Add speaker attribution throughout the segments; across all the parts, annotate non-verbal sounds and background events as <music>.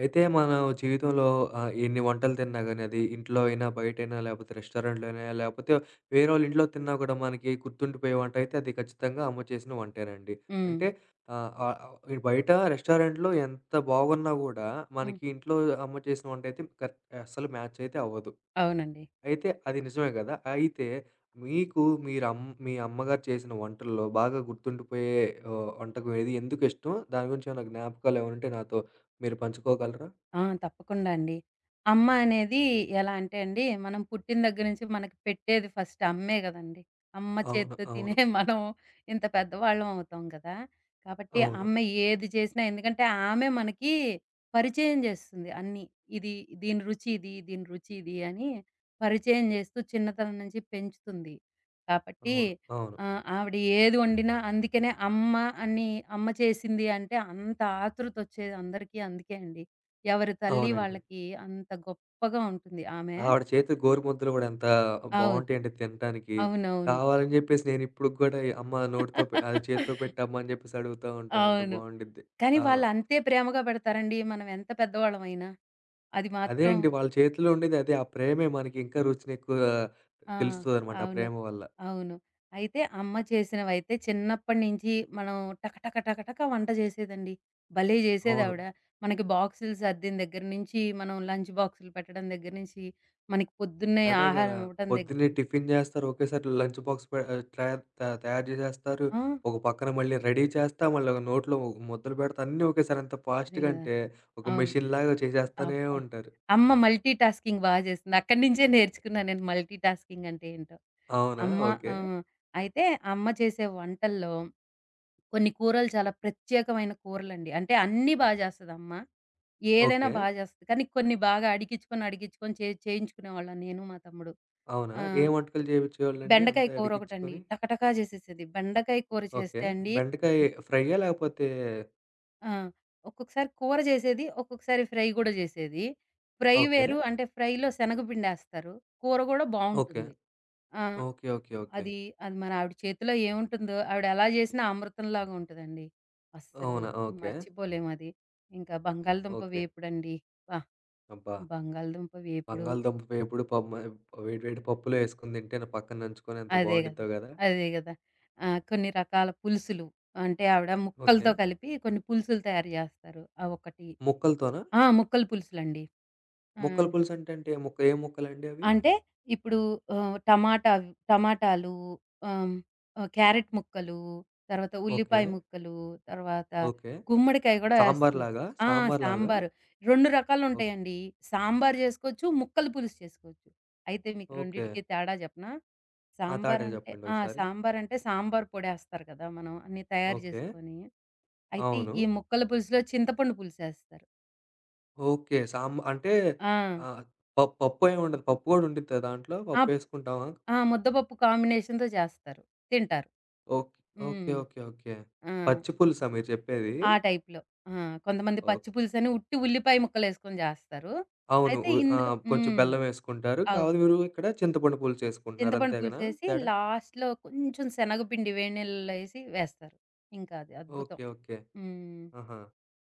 Speaker 1: అయితే మనం జీవితంలో ఎన్ని వంటలు తిన్నా గాని, అది ఇంట్లో అయినా, బయటైనా, లేపోతే రెస్టారెంట్‌లో అయినా, లేపోతే వేరోళ్ళ ఇంట్లో తిన్నా కూడా మనకి గుర్తుండిపోయే వంట అయితే అది ఖచ్చితంగా అమ్మ చేసిన వంటేనండి.
Speaker 2: హ్మ్.
Speaker 1: అంటే ఆహ్, ఆహ్, ఆహ్, బయట రెస్టారెంట్‌లో ఎంత బాగున్నా గూడా
Speaker 2: హ్మ్.
Speaker 1: మనకి ఇంట్లో అమ్మ చేసిన వంటయితే అస్సలు మ్యాచ్ అయితే అవ్వదు.
Speaker 2: అవునండి.
Speaker 1: అయితే అది నిజమే గదా! అయితే మీకు మీరు మీ అమ్మగారు చేసిన వంటల్లో బాగా గుర్తుండిపోయే వంటకం ఏది? ఎందుకిష్టం? దాని గురించి ఏమైనా జ్ఞాపకాలేమైనా ఉంటే నాతో మీరు పంచుకోగలరా?
Speaker 2: ఆ! తప్పకుండా అండి. అమ్మ అనేది ఎలా అంటే అండి, మనం పుట్టిన దగ్గర నుంచి మనకి పెట్టేది ఫస్ట్ అమ్మే గదండీ! అమ్మ
Speaker 1: అవును.
Speaker 2: చేత్తో తినే
Speaker 1: అవును.
Speaker 2: <laughs> మనం ఇంత పెద్దవాళ్ళం అవుతాం గదా! కాబట్టి
Speaker 1: అవును.
Speaker 2: అమ్మ ఏది చేసినా ఎందుకంటే ఆమె మనకి పరిచయం జేస్తుంది అన్నీ. ఇది దీని రుచి ఇది, దీని రుచి ఇది అని పరిచయం జేస్తూ చిన్నతనం నుంచి పెంచుతుంది. కాబట్టి
Speaker 1: అవును. అవును.
Speaker 2: ఆవిడ ఏది వండినా అందుకనే అని అమ్మ చేసింది అంటే అంత ఆతృతొచ్చేది అందరికీ అందుకే అండి. ఎవరి తల్లి
Speaker 1: అవునండి.
Speaker 2: వాళ్ళకి అంత గొప్పగా ఉంటుంది ఆమె.
Speaker 1: ఆవిడ చేతి గోరుముద్దలు గూడా ఎంత
Speaker 2: అవును.
Speaker 1: బావుంటాయంటే తినటానికి.
Speaker 2: అవునవును.
Speaker 1: కావాలని జెప్పేసి నేనిప్పుడుకి గూడా అమ్మ నోటితో పె అది చేత్తో పెట్టమ్మా అని జెప్పేసి అడుగుతా ఉంటాను. అంత
Speaker 2: అవును.
Speaker 1: బావుండిద్ది.
Speaker 2: కానీ
Speaker 1: ఆ!
Speaker 2: వాళ్ళు అంతే ప్రేమగా పెడతారండి, మనం ఎంత పెద్దవాళ్ళమైనా. అది
Speaker 1: అదే
Speaker 2: మాత్రం
Speaker 1: అండి. వాళ్ళ చేతిలో ఉండేది అదే. ఆ ప్రేమే మనకి ఇంకా రుచినెక్కువ
Speaker 2: ఆ!
Speaker 1: తెలుస్తదనమాట ఆ
Speaker 2: అవును.
Speaker 1: ప్రేమ వల్ల.
Speaker 2: అవును. అయితే అమ్మ చేసినవైతే చిన్నప్పటి నుంచి మనం టకటక టకటక వంట చేసేదండి. భలే
Speaker 1: అవును.
Speaker 2: చేసేదావిడ. మనకి బాక్సులు సర్దిన దగ్గర నుంచి, మనం లంచ్ బాక్సులు పెట్టడం దగ్గర నుంచి, మనకి పొద్దున్నే
Speaker 1: అదే గదా!
Speaker 2: ఆహారం ఇవ్వటం దగ్గర
Speaker 1: పొద్దున్నే
Speaker 2: నుంచి
Speaker 1: టిఫిన్ జేస్తారు. ఒకేసారి లంచ్ బాక్స్ పె ఆహ్, ట్రయా త తయారు జేసేస్తారు.
Speaker 2: ఆ!
Speaker 1: ఒక పక్కన మళ్ళీ రెడీ చేస్తా, మళ్ళీ ఒక నోట్లో ఒక ముద్దలు పెడతా, అన్నీ ఒకేసారి ఎంత
Speaker 2: అదే
Speaker 1: ఫాస్ట్‌గా
Speaker 2: గదా!
Speaker 1: అంటే, ఒక
Speaker 2: అవును.
Speaker 1: మెషిన్‌లాగా చేసేస్తూనే
Speaker 2: అబ్బా!
Speaker 1: ఉంటారు.
Speaker 2: అమ్మ మల్టీ టాస్కింగ్ బా చేస్తుంది. అక్కడి నుంచే నేర్చుకున్నా నేను మల్టీ టాస్కింగ్ అంటే ఏంటో.
Speaker 1: అవునా?
Speaker 2: అమ్మ
Speaker 1: ఓకే.
Speaker 2: ఆ! అయితే అమ్మ చేసే వంటల్లో కొన్ని కూరలు చాలా ప్రత్యేకమైన కూరలండి. అంటే అన్నీ బా చేస్తదమ్మ. ఏదైనా
Speaker 1: ఓకే.
Speaker 2: బా చేస్తది. కానీ కొన్ని బాగా అడిగిచ్చుకొని, అడిగిచ్చుకొని చేయించుకునేవాళ్ళం నేను, మా తమ్ముడు.
Speaker 1: అవునా? ఏం
Speaker 2: ఆహ్,
Speaker 1: వంటకాలు జేపించేవాళ్ళండి
Speaker 2: బెండకాయ
Speaker 1: అంతా
Speaker 2: కూర ఒకటండి.
Speaker 1: అడిగించుకొని?
Speaker 2: టకటకా చేసేసేది. బెండకాయ కూర
Speaker 1: ఓకే.
Speaker 2: చేస్తే అండి
Speaker 1: బెండకాయ ఫ్రైయ్యా? లేకపోతే
Speaker 2: ఆ! ఒక్కొక్కసారి కూర జేసేది, ఒక్కొక్కసారి ఫ్రై గూడా జేసేది. Fry
Speaker 1: okay.
Speaker 2: వేరు, అంటే ఫ్రైలో శనగపిండేస్తారు. కూర గూడా
Speaker 1: ఓకే.
Speaker 2: బావుంటుంది. ఆ!
Speaker 1: ఓకే. ఓకే. ఓకే.
Speaker 2: అది, అది మన ఆవిడ చేతిలో ఏముంటుందో, ఆవిడ ఎలా జేసినా అమృతంలాగా ఉంటదండి. అస్సలు
Speaker 1: అవునా? ఓకే.
Speaker 2: మర్చిపోలేమది. ఇంకా బంగాళదుంప
Speaker 1: ఓకే.
Speaker 2: వేపుడండి. అబ్బా!
Speaker 1: అబ్బా!
Speaker 2: బంగాళదుంప వేపుడు.
Speaker 1: బంగాళదుంప వేపుడు వేడి వేడి పప్పులో ఏసుకొని తింటే నా పక్కన నంచుకొని ఎంత
Speaker 2: అదే గదా!
Speaker 1: బావుండిద్దో గదా!
Speaker 2: అదే గదా! ఆ! కొన్ని రకాల పులుసులు. అంటే ఆవిడ
Speaker 1: ఓకే.
Speaker 2: ముక్కలతో కలిపి కొన్ని పులుసులు తయారు జేస్తారు. అవొకటి.
Speaker 1: ముక్కలతోనా?
Speaker 2: ఆ! ముక్కల పులుసులండి. ఆ!
Speaker 1: ముక్కల పులుసు అంటే అంటే ఏ ముక్క ఏ ముక్కలండి అవి?
Speaker 2: అంటే ఇప్పుడు ఆహ్, టమాటా టమాటాలు, ఆహ్, ఆహ్, క్యారెట్ ముక్కలు, తర్వాత
Speaker 1: ఓకే.
Speaker 2: ఉల్లిపాయ ముక్కలు, తర్వాత
Speaker 1: ఓకే.
Speaker 2: గుమ్మడికాయ గూడా
Speaker 1: సాంబార్
Speaker 2: ఏస్తున్నా.
Speaker 1: లాగా?
Speaker 2: ఆ!
Speaker 1: సాంబార్ లాగా?
Speaker 2: సాంబారు. 2
Speaker 1: ఓక్
Speaker 2: రకాలుంటాయండి. సాంబారు జేసుకోవచ్చు, ముక్కల పులుసు చేసుకోవచ్చు. అయితే మీకు
Speaker 1: ఓకే.
Speaker 2: రెండిటికి తేడా జెప్పనా?
Speaker 1: ఆ! తాటే
Speaker 2: సాంబారంటే
Speaker 1: చెప్పండి
Speaker 2: ఆ!
Speaker 1: ఒకసారి.
Speaker 2: సాంబారంటే సాంబారు పొడేస్తారు గదా! మనం అన్నీ తయారు
Speaker 1: ఓకే.
Speaker 2: జేసుకొని. అయితే
Speaker 1: అవును.
Speaker 2: ఈ ముక్కల పులుసులో చింతపండు పులుసేస్తారు.
Speaker 1: ఓకే. అంటే
Speaker 2: ఆ!
Speaker 1: ఆహ్, ప పప్పు ఏమి ఉండదు. పప్పు గూడా ఉండిద్దా దాంట్లో?
Speaker 2: ఆ!
Speaker 1: పప్పు ఏసుకుంటామా?
Speaker 2: ఆ! ముద్దపప్పు కాంబినేషన్‌తో జేస్తారు. తింటారు.
Speaker 1: ఓకే. ఓకే.
Speaker 2: హ్మ్.
Speaker 1: ఓకే. ఓకే.
Speaker 2: ఆ!
Speaker 1: పచ్చి పులుసా మీరు చెప్పేది?
Speaker 2: ఆ టైప్‌లో. ఆ! కొంతమంది
Speaker 1: ఓ
Speaker 2: పచ్చి పులుసని ఉట్టి ఉల్లిపాయ ముక్కలేసుకొని జేస్తారు.
Speaker 1: అవును.
Speaker 2: అయితే ఇందులో
Speaker 1: కొంచెం
Speaker 2: హ్మ్.
Speaker 1: బెల్లం వేసుకుంటారు. కాపోతే
Speaker 2: అవును.
Speaker 1: మీరు ఇక్కడ చింతపండు పులుసు వేసుకుంటున్నారు.
Speaker 2: చింతపండు
Speaker 1: అంతే గదా!
Speaker 2: పులుసేసి
Speaker 1: తేడా?
Speaker 2: లాస్ట్‌లో కొంచెం శనగపిండి వేడి నీళ్ళలో ఏసి వేస్తారు. ఇంకా అది అద్భుతం.
Speaker 1: ఓకే. ఓకే.
Speaker 2: హ్మ్.
Speaker 1: ఆహా!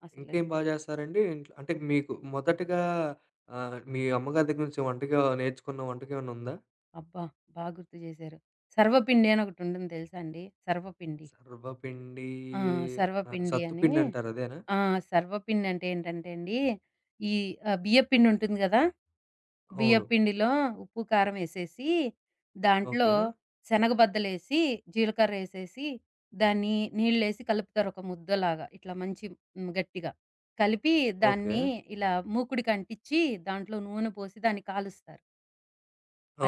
Speaker 2: అసలు
Speaker 1: ఇంకేం బా చేస్తారండి? ఇంట్లో అంటే మీకు మొదటగా మీ అమ్మగారి దగ్గర నుంచి వంటగా నేర్చుకున్న వంటకం ఏమన్నా ఉందా?
Speaker 2: అబ్బా! బా గుర్తు జేశారు. సర్వపిండి అని ఒకటుంటుంది తెలుసా అండి? సర్వపిండి.
Speaker 1: సర్వపిండి
Speaker 2: ఆ! సర్వపిండి అని
Speaker 1: సత్తుపిండి అంటారు అదేనా?
Speaker 2: ఆ! సర్వపిండి అంటే ఏంటంటే అండి, ఈ బియ్యపిండి ఉంటుంది గదా!
Speaker 1: అవును.
Speaker 2: బియ్యపు పిండిలో ఉప్పు, కారం ఎసేసి, దాంట్లో
Speaker 1: ఓకే.
Speaker 2: శనగ బద్దలేసి, జీలకర్రేసేసి, దాన్ని నీళ్ళేసి కలుపుతారు ఒక ముద్దలాగా. ఇట్లా మంచి గట్టిగా కలిపి
Speaker 1: ఓకే.
Speaker 2: దాన్ని ఇలా మూకుడికంటిచ్చి, దాంట్లో నూనె పోసి దాన్ని కాలుస్తారు.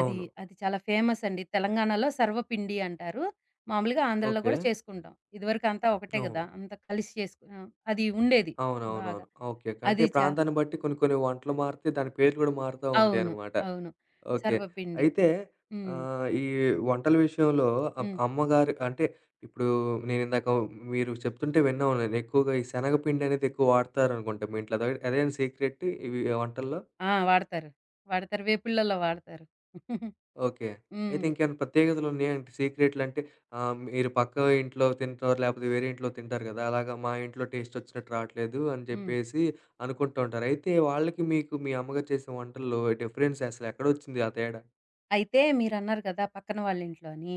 Speaker 2: అది, అది చాలా ఫేమస్ అండి. తెలంగాణలో సర్వపిండి అంటారు. మామూలుగా ఆంధ్రాలో
Speaker 1: ఓకే.
Speaker 2: కూడా చేసుకుంటాం. ఇదివరకు అంతా ఒకటే
Speaker 1: అవును.
Speaker 2: గదా! అంతా కలిసి చేసుకు అది ఉండేది
Speaker 1: అవునవునవును.
Speaker 2: బాగా.
Speaker 1: ఓకే. ఓకే. అంటే
Speaker 2: అది చా
Speaker 1: ప్రాంతాన్ని బట్టి కొన్ని కొన్ని వంటలు మారితే దాని పేర్లు కూడా మారుతా
Speaker 2: అవును.
Speaker 1: ఉంటాయన్నమాట.
Speaker 2: అవును.
Speaker 1: ఓకే.
Speaker 2: సర్వపిండి.
Speaker 1: అయితే
Speaker 2: హ్మ్.
Speaker 1: ఈ వంటల విషయంలో
Speaker 2: హ్మ్.
Speaker 1: అమ్మగారు అంటే ఇప్పుడు నేనిందాక మీరు చెప్తుంటే విన్నాను నేను. ఎక్కువగా ఈ శనగపిండనేది ఎక్కువ వాడతారనుకుంటా మీ ఇంట్లో. అదేనా సీక్రెట్ ఇవి వంటల్లో?
Speaker 2: ఆ! వాడతారు. వాడతారు. వేపుళ్ళలో వాడతారు.
Speaker 1: ఓకే. అయితే
Speaker 2: హ్మ్.
Speaker 1: ఇంకేమైనా ప్రత్యేకతలున్నాయంటే సీక్రెట్లంటే మీరు ఇంట్లో తింటారు, లేకపోతే వేరే ఇంట్లో తింటారు కదా! అలాగా మా ఇంట్లో టేస్టొచ్చినట్టు రావట్లేదు అని
Speaker 2: హ్మ్.
Speaker 1: చెప్పేసి అనుకుంటూ ఉంటారు. అయితే వాళ్ళకి మీకు మీ అమ్మగారు చేసిన వంటల్లో డిఫరెన్స్ అసలెక్కడొచ్చింది ఆ తేడా?
Speaker 2: అయితే మీరన్నారు కదా! పక్కన వాళ్ళింట్లో అని.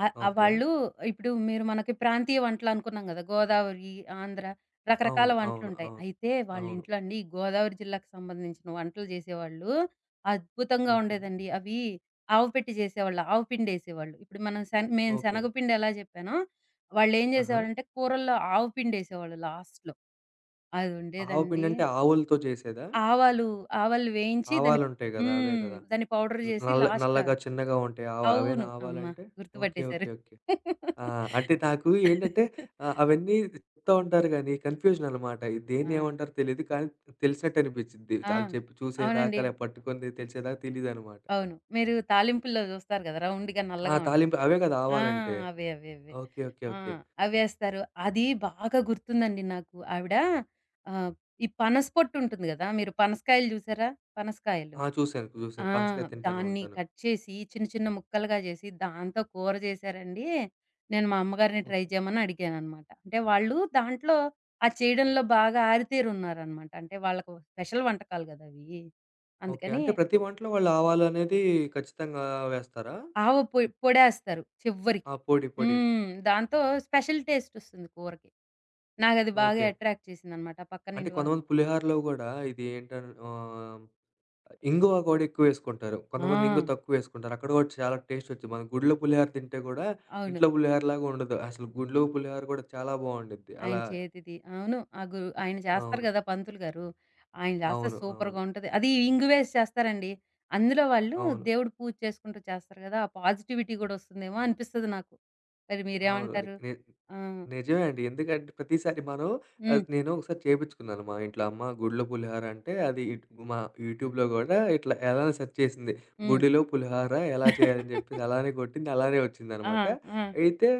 Speaker 2: ఆహ్, ఆహ్,
Speaker 1: ఓకే.
Speaker 2: వాళ్ళు ఇప్పుడు మీరు మనకి ప్రాంతీయ వంటలనుకున్నాం గదా! గోదావరి, ఆంధ్ర రకరకాల
Speaker 1: అవును. అవును.
Speaker 2: వంటలుంటాయి.
Speaker 1: అవును.
Speaker 2: అయితే
Speaker 1: అవును.
Speaker 2: వాళ్ళింట్లో అండి గోదావరి జిల్లాకు సంబంధించిన వంటలు జేసేవాళ్ళు అద్భుతంగా
Speaker 1: ఓకే.
Speaker 2: ఉండేదండి. అవి ఆవుపెట్టి జేసేవాళ్ళు. ఆవు పిండేసేవాళ్ళు. ఇప్పుడు మనం మేము
Speaker 1: ఓకే.
Speaker 2: శనగపిండి ఎలా జెప్పానో వాళ్ళేం
Speaker 1: ఆహా!
Speaker 2: జేసేవాళ్ళంటే కూరల్లో ఆవు పిండేసేవాళ్ళు లాస్ట్‌లో.
Speaker 1: ఆవు
Speaker 2: అదుండేదండి.
Speaker 1: పిండంటే ఆవులతో చేసేదా?
Speaker 2: ఆవాలు, ఆవాలు వేయించి దాన్ని
Speaker 1: ఆవాలుంటాయి గదా! అవే
Speaker 2: హ్మ్.
Speaker 1: గదా!
Speaker 2: దాన్ని పౌడర్
Speaker 1: న
Speaker 2: జేసి
Speaker 1: నల్ల
Speaker 2: లాస్ట్‌లో
Speaker 1: నల్లగా చిన్నగా ఉంటాయి. అవేనా
Speaker 2: అవును. అమ్మ!
Speaker 1: ఆవాలంటే? ఓకే. ఓకే.
Speaker 2: గుర్తుపట్టేశారు.
Speaker 1: ఓకే. ఆ! అంటే నాకు ఏంటంటే అవన్నీ చెప్తా ఉంటారు గానీ కన్‌ఫ్యూజన్ అనమాట.
Speaker 2: ఆ!
Speaker 1: దేన్నేమంటారో తెలీదు. కానీ తెలిసినట్టు అనిపిచ్చిద్ది.
Speaker 2: ఆ!
Speaker 1: ఆళ్ళు చెప్పి చూసేదాకా,
Speaker 2: అవునండి.
Speaker 1: లే పట్టుకుంది తెలిసేదాకా తెలీదనమాట.
Speaker 2: అవును. మీరు తాలింపుల్లో జూస్తారు గదా! రౌండ్‌గా
Speaker 1: ఆ!
Speaker 2: నల్లగా ఉం
Speaker 1: తాలింపు అవే గదా
Speaker 2: ఆ!
Speaker 1: ఆవాలంటే.
Speaker 2: అవే. అవే. అవే.
Speaker 1: ఓకే. ఓకే.
Speaker 2: ఆ!
Speaker 1: ఓకే.
Speaker 2: అవేస్తారు. అది బాగా గుర్తుందండి నాకు. ఆవిడ ఆహ్, ఈ పనస పొట్టు ఉంటుంది గదా! మీరు పనసకాయలు జూసారా? పనసకాయలు.
Speaker 1: ఆ! చూసాను. చూసాను.
Speaker 2: ఆ!
Speaker 1: పనసకాయ తింటాను
Speaker 2: దాన్ని
Speaker 1: ఉంటాను.
Speaker 2: కట్ చేసి చిన్న చిన్న ముక్కలుగా జేసి దాంతో కూర జేశారండి. నేను మా అమ్మగారిని ట్రై
Speaker 1: ఓకే.
Speaker 2: చేయమని అడిగాననమాట. అంటే వాళ్ళు దాంట్లో ఆ చేయడంలో బాగా ఆరితేరున్నారనమాట. అంటే వాళ్ళకు స్పెషల్ వంటకాలు గదా! అవి.
Speaker 1: ఓకే.
Speaker 2: అందుకని
Speaker 1: అంటే ప్రతి వంటలో వాళ్ళు ఆవాలనేది ఖచ్చితంగా వేస్తారా?
Speaker 2: ఆవ పొడేస్తారు
Speaker 1: ఆ!
Speaker 2: చివ్వరికి.
Speaker 1: పొడి, పొడి.
Speaker 2: హ్మ్. దాంతో స్పెషల్ టేస్టొస్తుంది కూరకి. నాకది బాగా
Speaker 1: ఓకే.
Speaker 2: అట్రాక్ట్ చేసిందనమాట,
Speaker 1: అంటే
Speaker 2: పక్కనింటి వాళ్ళు.
Speaker 1: కొంతమంది పులిహోరలో గూడా ఇంగువ గూడా ఎక్కువేసుకుంటారు.
Speaker 2: ఆ!
Speaker 1: కొంతమంది ఇంగువ తక్కువేసుకుంటారు. అక్కడ గూడా చాలా టేస్ట్ వచ్చిద్ది. మనం గుడిలో పులిహోర తింటే గూడా
Speaker 2: అవును.
Speaker 1: ఇంట్లో పులిహోరలాగా ఉండదు. అసలు గుడిలో పులిహోర గూడా చాలా బావుండిద్ది.
Speaker 2: ఆయన
Speaker 1: అలా
Speaker 2: చేతిది. అవును. ఆ ఆయన చేస్తారు
Speaker 1: అవును.
Speaker 2: గదా! పంతులు గారు. ఆయన చేస్తే
Speaker 1: అవును. అవును.
Speaker 2: సూపర్‌గా ఉంటది. అది ఇంగువేసి చేస్తారండి. అందులో వాళ్ళు
Speaker 1: అవును.
Speaker 2: దేవుడు పూజ చేసుకుంటూ చేస్తారు గదా! ఆ పాజిటివిటీ గూడా ఒస్తుందేమో అనిపిస్తది నాకు. మరి
Speaker 1: అవును. ని
Speaker 2: మీరేమంటారు?
Speaker 1: నే
Speaker 2: ఆ!
Speaker 1: నిజమే అండి. ఎందుకంటే ప్రతిసారి మనం
Speaker 2: హ్మ్.
Speaker 1: నేను ఒకసారి చేపించుకున్నాను. మా ఇంట్లో అమ్మ గుడిలో పులిహోర అంటే అది మా యూట్యూబ్‌లో గూడా ఇట్లా ఎలానో సెర్చ్ చేసింది.
Speaker 2: హ్మ్.
Speaker 1: గుడిలో పులిహోర ఎలా చేయాలని
Speaker 2: <laughs>
Speaker 1: జెప్పేసి అలానే గొట్టింది. అలానే
Speaker 2: ఆ!
Speaker 1: వచ్చిందనమాట.
Speaker 2: ఆ!
Speaker 1: అయితే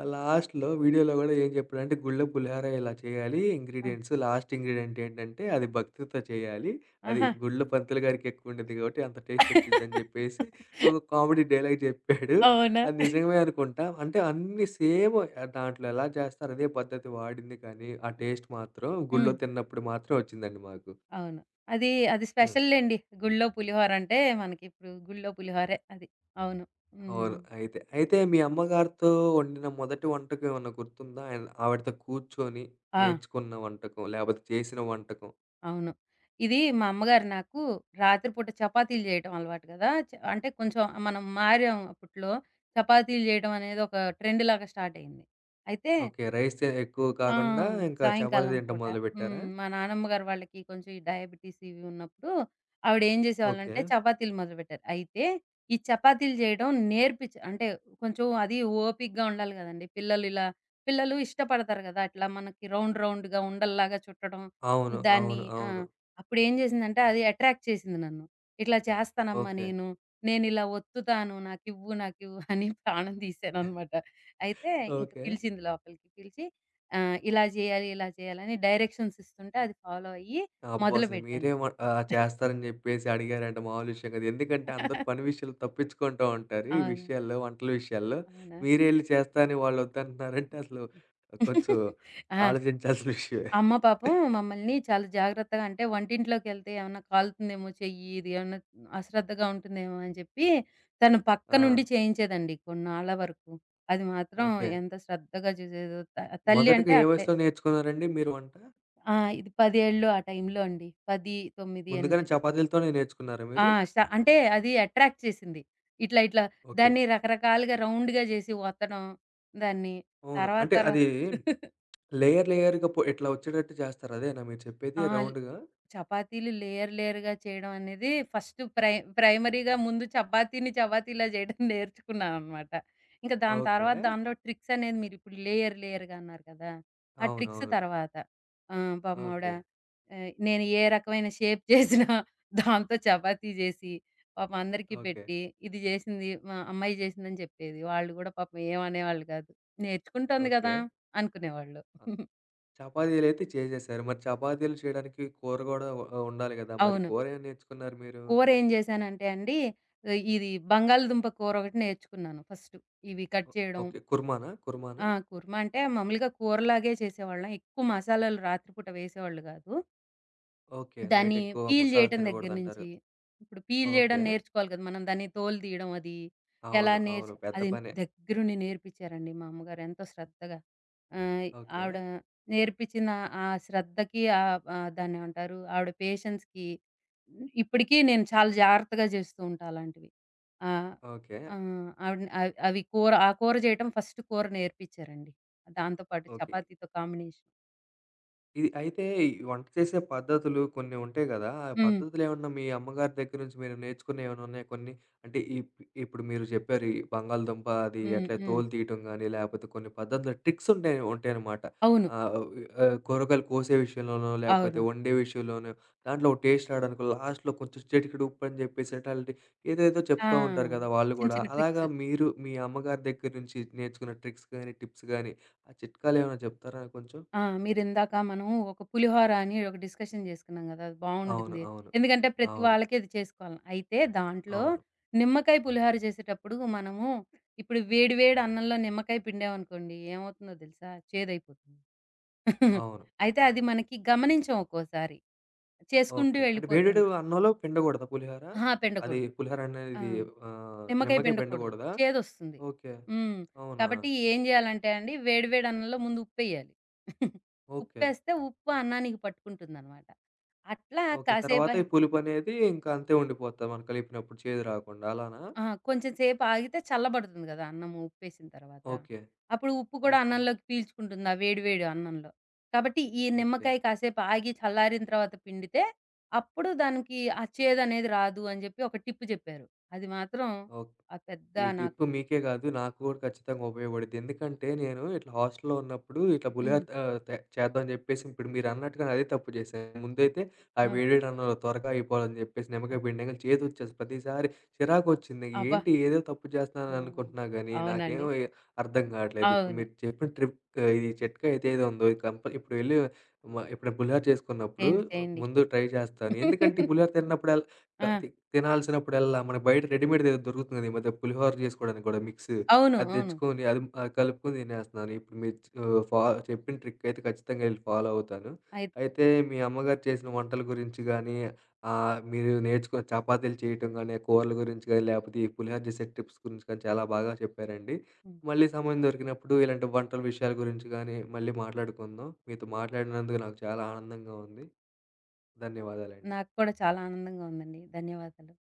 Speaker 1: లాస్ట్‌లో వీడియోలో గూడా ఏం చెప్పాడంటే గుడిలో పులిహోర ఇలా చేయాలి.
Speaker 2: ఆ!
Speaker 1: ఇంగ్రీడియెంట్స్ లాస్ట్ ఇంగ్రీడియెంట్ ఏంటంటే అది భక్తితో చేయాలి. అది
Speaker 2: ఆహా!
Speaker 1: గుడిలో పంతులు గారికి ఎక్కువ ఉండిద్ది గాబట్టి అంత టేస్ట్ వచ్చిద్దని జెప్పేసి ఒక
Speaker 2: <laughs>
Speaker 1: కామెడీ డైలాగ్ జెప్పాడు.
Speaker 2: అవునా?
Speaker 1: అది నిజమే అనుకుంటా. అంటే అన్నీ సేమ్ దాంట్లో ఎలా చేస్తారో అదే పద్ధతి వాడింది కానీ, ఆ టేస్ట్ మాత్రం గుళ్ళో
Speaker 2: హ్మ్.
Speaker 1: తిన్నప్పుడు మాత్రం వచ్చిందండి మాకు.
Speaker 2: అవును. అది, అది
Speaker 1: ఆ!
Speaker 2: స్పెషల్ లెండి. గుళ్ళో పులిహోర అంటే మనకిప్పుడు గుళ్ళో పులిహోరే అది. అవును.
Speaker 1: అవును.
Speaker 2: హ్మ్.
Speaker 1: అయితే, మీ అమ్మగారితో వండిన మొదటి వంటకం ఏమన్నా గుర్తుందా? ఆవిడతో కూర్చొని
Speaker 2: ఆ!
Speaker 1: నేర్చుకున్న వంటకం, లేపోతే చేసిన వంటకం?
Speaker 2: అవును. ఇది మా అమ్మగారు నాకు రాత్రిపూట చపాతీలు చేయటం అలవాటు గదా! అంటే కొంచెం మనం మారాం అప్పట్లో. చపాతీలు చేయడం అనేది ఒక ట్రెండ్‌లాగా స్టార్ట్ అయింది. అయితే
Speaker 1: ఓకే. రైస్ ఎక్కువ
Speaker 2: ఆ!
Speaker 1: కాకుండా ఇంకా చపాతీ
Speaker 2: సాయంకాలం
Speaker 1: తినటం
Speaker 2: పూట.
Speaker 1: మొదలుపెట్టారా?
Speaker 2: హ్మ్. మా నానమ్మ గారు వాళ్ళకి కొంచెం ఈ డయాబెటిస్ ఇవి ఉన్నప్పుడు, ఆవిడ ఏం
Speaker 1: ఓకే.
Speaker 2: చేసేవాళ్ళంటే చపాతీలు మొదలుపెట్టారు. అయితే ఈ చపాతీలు చేయడం నేర్పించ అంటే కొంచెం అది ఓపికగా ఉండాలి కదండీ! పిల్లలు ఇష్టపడతారు కదా! అట్లా మనకి రౌండ్ రౌండ్‌గా ఉండల్లాగా చుట్టడం.
Speaker 1: అవును.
Speaker 2: దాన్ని
Speaker 1: అవును.
Speaker 2: ఆ!
Speaker 1: అవును.
Speaker 2: అప్పుడేం చేసిందంటే అది అట్రాక్ట్ చేసింది నన్ను. ఇట్లా చేస్తానమ్మా
Speaker 1: ఓకే.
Speaker 2: నేను. నేనిలా ఒత్తుతాను. నాకివ్వు, నాకివ్వు అని ప్రాణం తీశాననమాట. అయితే ఇంక
Speaker 1: ఓకే.
Speaker 2: పిలిచింది లోపలికి. పిలిచి ఆ! ఇలా జేయాలి, ఇలా జేయాలి అని డైరెక్షన్స్ ఇస్తుంటే అది ఫాలో అయ్యి
Speaker 1: అబ్బో! అసలు
Speaker 2: మొదలుపెట్టాను.
Speaker 1: మీరే చేస్తారని జెప్పేసి అడిగారంటే మామూలు విషయం కాదు. ఎందుకంటే అందరూ పని విషయాలు తప్పించుకుంటూ ఉంటారు. ఈ
Speaker 2: అవును.
Speaker 1: విషయాల్లో, వంటల విషయాల్లో.
Speaker 2: అవునా?
Speaker 1: మీరే ఎళ్లి చేస్తా అని వాళ్ళు వద్దంటున్నారంటే అసలు
Speaker 2: హ్మ్.
Speaker 1: కొంచెం
Speaker 2: ఆ!
Speaker 1: ఆలోచించాల్సిన <laughs> విషయమే.
Speaker 2: అమ్మ పాపం మమ్మల్ని చాలా జాగ్రత్తగా, అంటే వంటింట్లోకెళ్తే ఏమన్నా కాలుతుందేమో చెయ్యి, ఇది ఏమన్నా అశ్రద్ధగా ఉంటుందేమో అని చెప్పి తను
Speaker 1: ఆ!
Speaker 2: పక్కనుండి చేయించేదండి కొన్నాళ్ళ వరకు. అది మాత్రం
Speaker 1: ఓకే.
Speaker 2: ఎంత శ్రద్ధగా చూసేదో తల్లి
Speaker 1: మొదటగా
Speaker 2: అంటే
Speaker 1: ఏ
Speaker 2: అక్కడే.
Speaker 1: వయసులో నేర్చుకున్నారండి మీరు వంట?
Speaker 2: ఆ! ఇది 10 ఏళ్ళు ఆ టైంలో అండి. 10, 9,
Speaker 1: ముందుగానే
Speaker 2: 8
Speaker 1: చపాతీలతోనే నేర్చుకున్నారా
Speaker 2: ఆ!
Speaker 1: మీరు?
Speaker 2: అంటే అది అట్రాక్ట్ చేసింది. ఇట్లా, ఇట్లా
Speaker 1: ఓకే.
Speaker 2: దాన్ని రకరకాలుగా రౌండ్‌గా జేసి వత్తడం దాన్ని.
Speaker 1: అవును.
Speaker 2: తర్వాత
Speaker 1: అంటే అది లేయర్ లేయర్‌గా ఇట్లా వచ్చేటట్టు చేస్తారు అదేనా మీరు
Speaker 2: ఆ!
Speaker 1: చెప్పేది రౌండ్‌గా?
Speaker 2: చపాతీలు లేయర్ లేయర్‌గా చేయడం అనేది ఫస్ట్ ప్రైమరీగా ముందు చపాతీని చపాతీలా చేయడం <laughs> నేర్చుకున్నాననమాట. ఇంక దాని
Speaker 1: ఓకే.
Speaker 2: తర్వాత దానిలో ట్రిక్స్ అనేది మీరిప్పుడు లేయర్ లేయర్‌గా అన్నారు కదా! ఆ ట్రిక్స్
Speaker 1: అవునవును.
Speaker 2: తర్వాత. పాపం ఆవిడ
Speaker 1: ఓకే.
Speaker 2: నేను ఏ రకమైన షేప్ చేసినా <laughs> దాంతో చపాతీ చేసి పాపం అందరికీ
Speaker 1: ఓకే.
Speaker 2: పెట్టి, ఇది చేసింది మా అమ్మాయి చేసిందని చెప్పేది. వాళ్ళు గూడా పాపం ఏమనేవాళ్ళు కాదు. నేర్చుకుంటోంది
Speaker 1: ఓకే.
Speaker 2: కదా!
Speaker 1: ఆ!
Speaker 2: అనుకునేవాళ్ళు. <laughs>
Speaker 1: చపాతీలైతే చేసేశారు. మరి చపాతీలు చేయడానికి కూర గూడా ఉండాలి గదా! మరి
Speaker 2: అవును.
Speaker 1: కూర ఏం నేర్చుకున్నారు మీరు?
Speaker 2: కూరేం జేశానంటే అండి, ఇది బంగాళదుంప కూరొకటి నేర్చుకున్నాను ఫస్టు. ఇవి కట్
Speaker 1: ఓ
Speaker 2: చేయడం.
Speaker 1: ఓకే. కుర్మానా?
Speaker 2: ఆ! కుర్మా అంటే మామూలుగా కూరలాగే చేసేవాళ్ళం. ఎక్కువ మసాలాలు రాత్రి పూట వేసేవాళ్ళు గాదు.
Speaker 1: ఓకే. నైట్
Speaker 2: దాన్ని
Speaker 1: ఎక్కువ
Speaker 2: పీల్
Speaker 1: మసాలా
Speaker 2: జేయటం దగ్గర
Speaker 1: తినగూడదంటారు.
Speaker 2: నుంచి, ఇప్పుడు పీల్ జేయడం
Speaker 1: ఓకే.
Speaker 2: నేర్చుకోవాలి గదా! మనం దాన్ని తోలు తీయడం అది, ఎలా
Speaker 1: అవును. అవును. పెద్ద
Speaker 2: అది
Speaker 1: పనే.
Speaker 2: దగ్గరుండి నేర్పిచ్చారండి మా అమ్మగారు ఎంతో శ్రద్ధగా. ఆహ్,
Speaker 1: ఓకే.
Speaker 2: ఆవిడ నేర్పించిన ఆ శ్రద్ధకి, ఆహ్, ఆహ్, దాన్నేమంటారు? ఆవిడ పేషెన్స్‌కి ఇప్పటికీ నేను చాలా జాగ్రత్తగా జేస్తూ ఉంటా అలాంటివి. ఆహ్,
Speaker 1: ఓకే.
Speaker 2: ఆహ్, ఆవిడని అవి అవి కూర జేయటం ఫస్ట్ కూర నేర్పిచ్చారండి. దాంతో పాటు
Speaker 1: ఓకే.
Speaker 2: చపాతీతో కాంబినేషన్.
Speaker 1: ఇది అయితే ఈ వంట చేసే పద్ధతులు కొన్ని ఉంటాయి గదా! ఆ
Speaker 2: హ్మ్.
Speaker 1: పద్ధతులేమన్నా మీ అమ్మగారి దగ్గర నుంచి మీరు నేర్చుకున్నయి ఏమైనా ఉన్నాయా కొన్ని? అంటే ఇప్పుడు మీరు చెప్పారు ఈ బంగాళదుంప అది
Speaker 2: హ్మ్.
Speaker 1: ఎట్లా
Speaker 2: హ్మ్.
Speaker 1: తోలు తీయటం గానీ, లేపోతే కొన్ని పద్ధతులు ట్రిక్స్ ఉంటాయనమాట.
Speaker 2: అవును.
Speaker 1: ఆహ్, ఆహ్, కూరగాయలు కోసే విషయంలోనో, లేపోతే
Speaker 2: అవును.
Speaker 1: వండే విషయంలోనో, దాంట్లో ఒక టేస్ట్ రావడానికో, లాస్ట్‌లో కొంచెం చిటికెడు ఉప్పని జెప్పేసి ఎట్లాంటి ఏదేదో
Speaker 2: ఆ!
Speaker 1: చెప్తా ఉంటారు గదా! వాళ్ళు
Speaker 2: చిన్న
Speaker 1: గూడా.
Speaker 2: చిన్న
Speaker 1: అలాగా
Speaker 2: ట్రిక్స్.
Speaker 1: మీరు మీ అమ్మగారి దగ్గర నుంచి నేర్చుకున్న ట్రిక్స్ గానీ, టిప్స్ గానీ, ఆ చిట్కాలేమైనా చెప్తారా కొంచెం?
Speaker 2: ఆ! మీరిందాక మనం ఒక పులిహోర అని ఒక డిస్కషన్ చేసుకున్నాం గదా! అది
Speaker 1: అవును.
Speaker 2: బావుంటుంది.
Speaker 1: అవును.
Speaker 2: ఎందుకంటే ప్రతి
Speaker 1: అవును.
Speaker 2: వాళ్ళకి అది చేసుకోవాలి. అయితే దాంట్లో
Speaker 1: అవును.
Speaker 2: నిమ్మకాయ పులిహోర చేసేటప్పుడు మనము ఇప్పుడు వేడి వేడి అన్నంలో నిమ్మకాయ పిండామనుకోండి, ఏమవుతుందో తెలుసా? చేదైపోతుంది. <laughs>
Speaker 1: అవును.
Speaker 2: అయితే అది మనకి గమనించం ఒక్కోసారి. చేసుకుంటూ
Speaker 1: ఓకే. అంటే వేడివేడి
Speaker 2: వెళ్ళిపోతుంటాం.
Speaker 1: అన్నంలో పిండకూడదా పులిహోర?
Speaker 2: అహా!
Speaker 1: అది
Speaker 2: పిండకూడదు.
Speaker 1: పులిహోర
Speaker 2: ఆ!
Speaker 1: అనేది
Speaker 2: నిమ్మకాయ
Speaker 1: నిమ్మకాయ
Speaker 2: పిండకూడదు.
Speaker 1: పిండకూడదా?
Speaker 2: చేదొస్తుంది.
Speaker 1: ఓకే.
Speaker 2: హ్మ్.
Speaker 1: అవునా?
Speaker 2: కాబట్టి ఏం జేయాలంటే అండి, వేడి వేడి అన్నంలో ముందు ఉప్పేయాలి. <laughs>
Speaker 1: ఓకే.
Speaker 2: ఉప్పేస్తే ఉప్పు అన్నానికి పట్టుకుంటుందనమాట. అట్లా
Speaker 1: ఓకే. తర్వాత
Speaker 2: కాసేపై
Speaker 1: ఈ పులుపనేది ఇంకా అంతే ఉండిపోద్దా మనం కలిపినప్పుడు చేదు రాకుండా అలానా?
Speaker 2: ఆ! కొంచెం సేపు ఆగితే చల్లబడుతుంది గదా! అన్నం ఉప్పేసిన తర్వాత.
Speaker 1: ఓకే.
Speaker 2: అప్పుడు ఉప్పు కూడా
Speaker 1: ఓకే.
Speaker 2: అన్నంలోకి పీల్చుకుంటుంది ఆ వేడి వేడి అన్నంలో. కాబట్టి ఈ
Speaker 1: ఓకే.
Speaker 2: నిమ్మకాయ కాసేపు ఆగి చల్లారిన తర్వాత పిండితే అప్పుడు దానికి ఆ చేదనేది రాదు అని జెప్పి ఒక టిప్ జెప్పారు. అది మాత్రం
Speaker 1: ఓకే.
Speaker 2: ఆ పెద్ద
Speaker 1: ఈ
Speaker 2: నాకు
Speaker 1: టిప్ మీకే కాదు. నాకు కూడా ఖచ్చితంగా ఉపయోగపడిద్ది. ఎందుకంటే నేను ఇట్లా హాస్టల్‌లో ఉన్నప్పుడు ఇట్లా పులిహోర
Speaker 2: హ్మ్.
Speaker 1: ఆహ్, తే చేద్దామని చెప్పేసి ఇప్పుడు మీరన్నట్టుగానే అదే తప్పు చేశాను. ముందైతే ఆ
Speaker 2: ఆ!
Speaker 1: వేడివేడి అన్నంలో త్వరగా అయిపోవాలని చెప్పేసి
Speaker 2: అ
Speaker 1: నిమ్మకాయ పిండి నిమ్మకాయ చేదోచ్చేసి ప్రతిసారి చిరాకొచ్చింది.
Speaker 2: అబ్బా!
Speaker 1: ఏంటి ఏదో తప్పు చేస్తున్నాను
Speaker 2: హ్మ్.
Speaker 1: అనుకుంటున్నా గానీ
Speaker 2: అవునండి.
Speaker 1: నాకేమో అర్థం కావట్లేదు. ఇప్పుడు
Speaker 2: అవును.
Speaker 1: మీరు చెప్పిన ట్రిప్ ఇది చిట్కా ఏదైతే ఉందో ఇది ఇప్పుడు వెళ్లి ఎప్పుడైనా పులిహోర చేసుకున్నప్పుడు
Speaker 2: చేయండి. చేయండి.
Speaker 1: ముందు ట్రై చేస్తాను. ఎందుకంటే ఈ
Speaker 2: <laughs>
Speaker 1: పులిహోర తిన్నప్పుడు ఎలా క
Speaker 2: ఆ!
Speaker 1: తి తినాల్సినప్పుడల్లా మనకు బయట రెడీమేడ్‌ది ఏదో దొరుకుతుంది కదా! ఈ మధ్య పులిహోర చేసుకోవడానికి కూడా మిక్స్.
Speaker 2: అవును.
Speaker 1: అది
Speaker 2: అవును.
Speaker 1: తెచ్చుకొని అది కలుపుకొని తినేస్తున్నాను. ఇప్పుడు మీరు ఆహ్, ఫా చెప్పిన ట్రిక్ అయితే ఖచ్చితంగా ఎళ్లి ఫాలో అవుతాను.
Speaker 2: అయిత్
Speaker 1: అయితే మీ అమ్మగారు చేసిన వంటల గురించి గానీ, మీరు నేర్చుకున్న చపాతీలు చేయటం గానీ, కూరల గురించి గానీ, లేకపోతే ఈ పులిహోర చేసే టిప్స్ గురించి కానీ చాలా బాగా చెప్పారండి.
Speaker 2: హ్మ్.
Speaker 1: మళ్ళీ సమయం దొరికినప్పుడు ఇలాంటి వంటల విషయాల గురించి గానీ, మళ్ళీ మాట్లాడుకుందాం. మీతో మాట్లాడినందుకు నాకు చాలా ఆనందంగా ఉంది. ధన్యవాదాలండి.
Speaker 2: నాకు కూడా చాలా ఆనందంగా ఉందండి. ధన్యవాదాలు.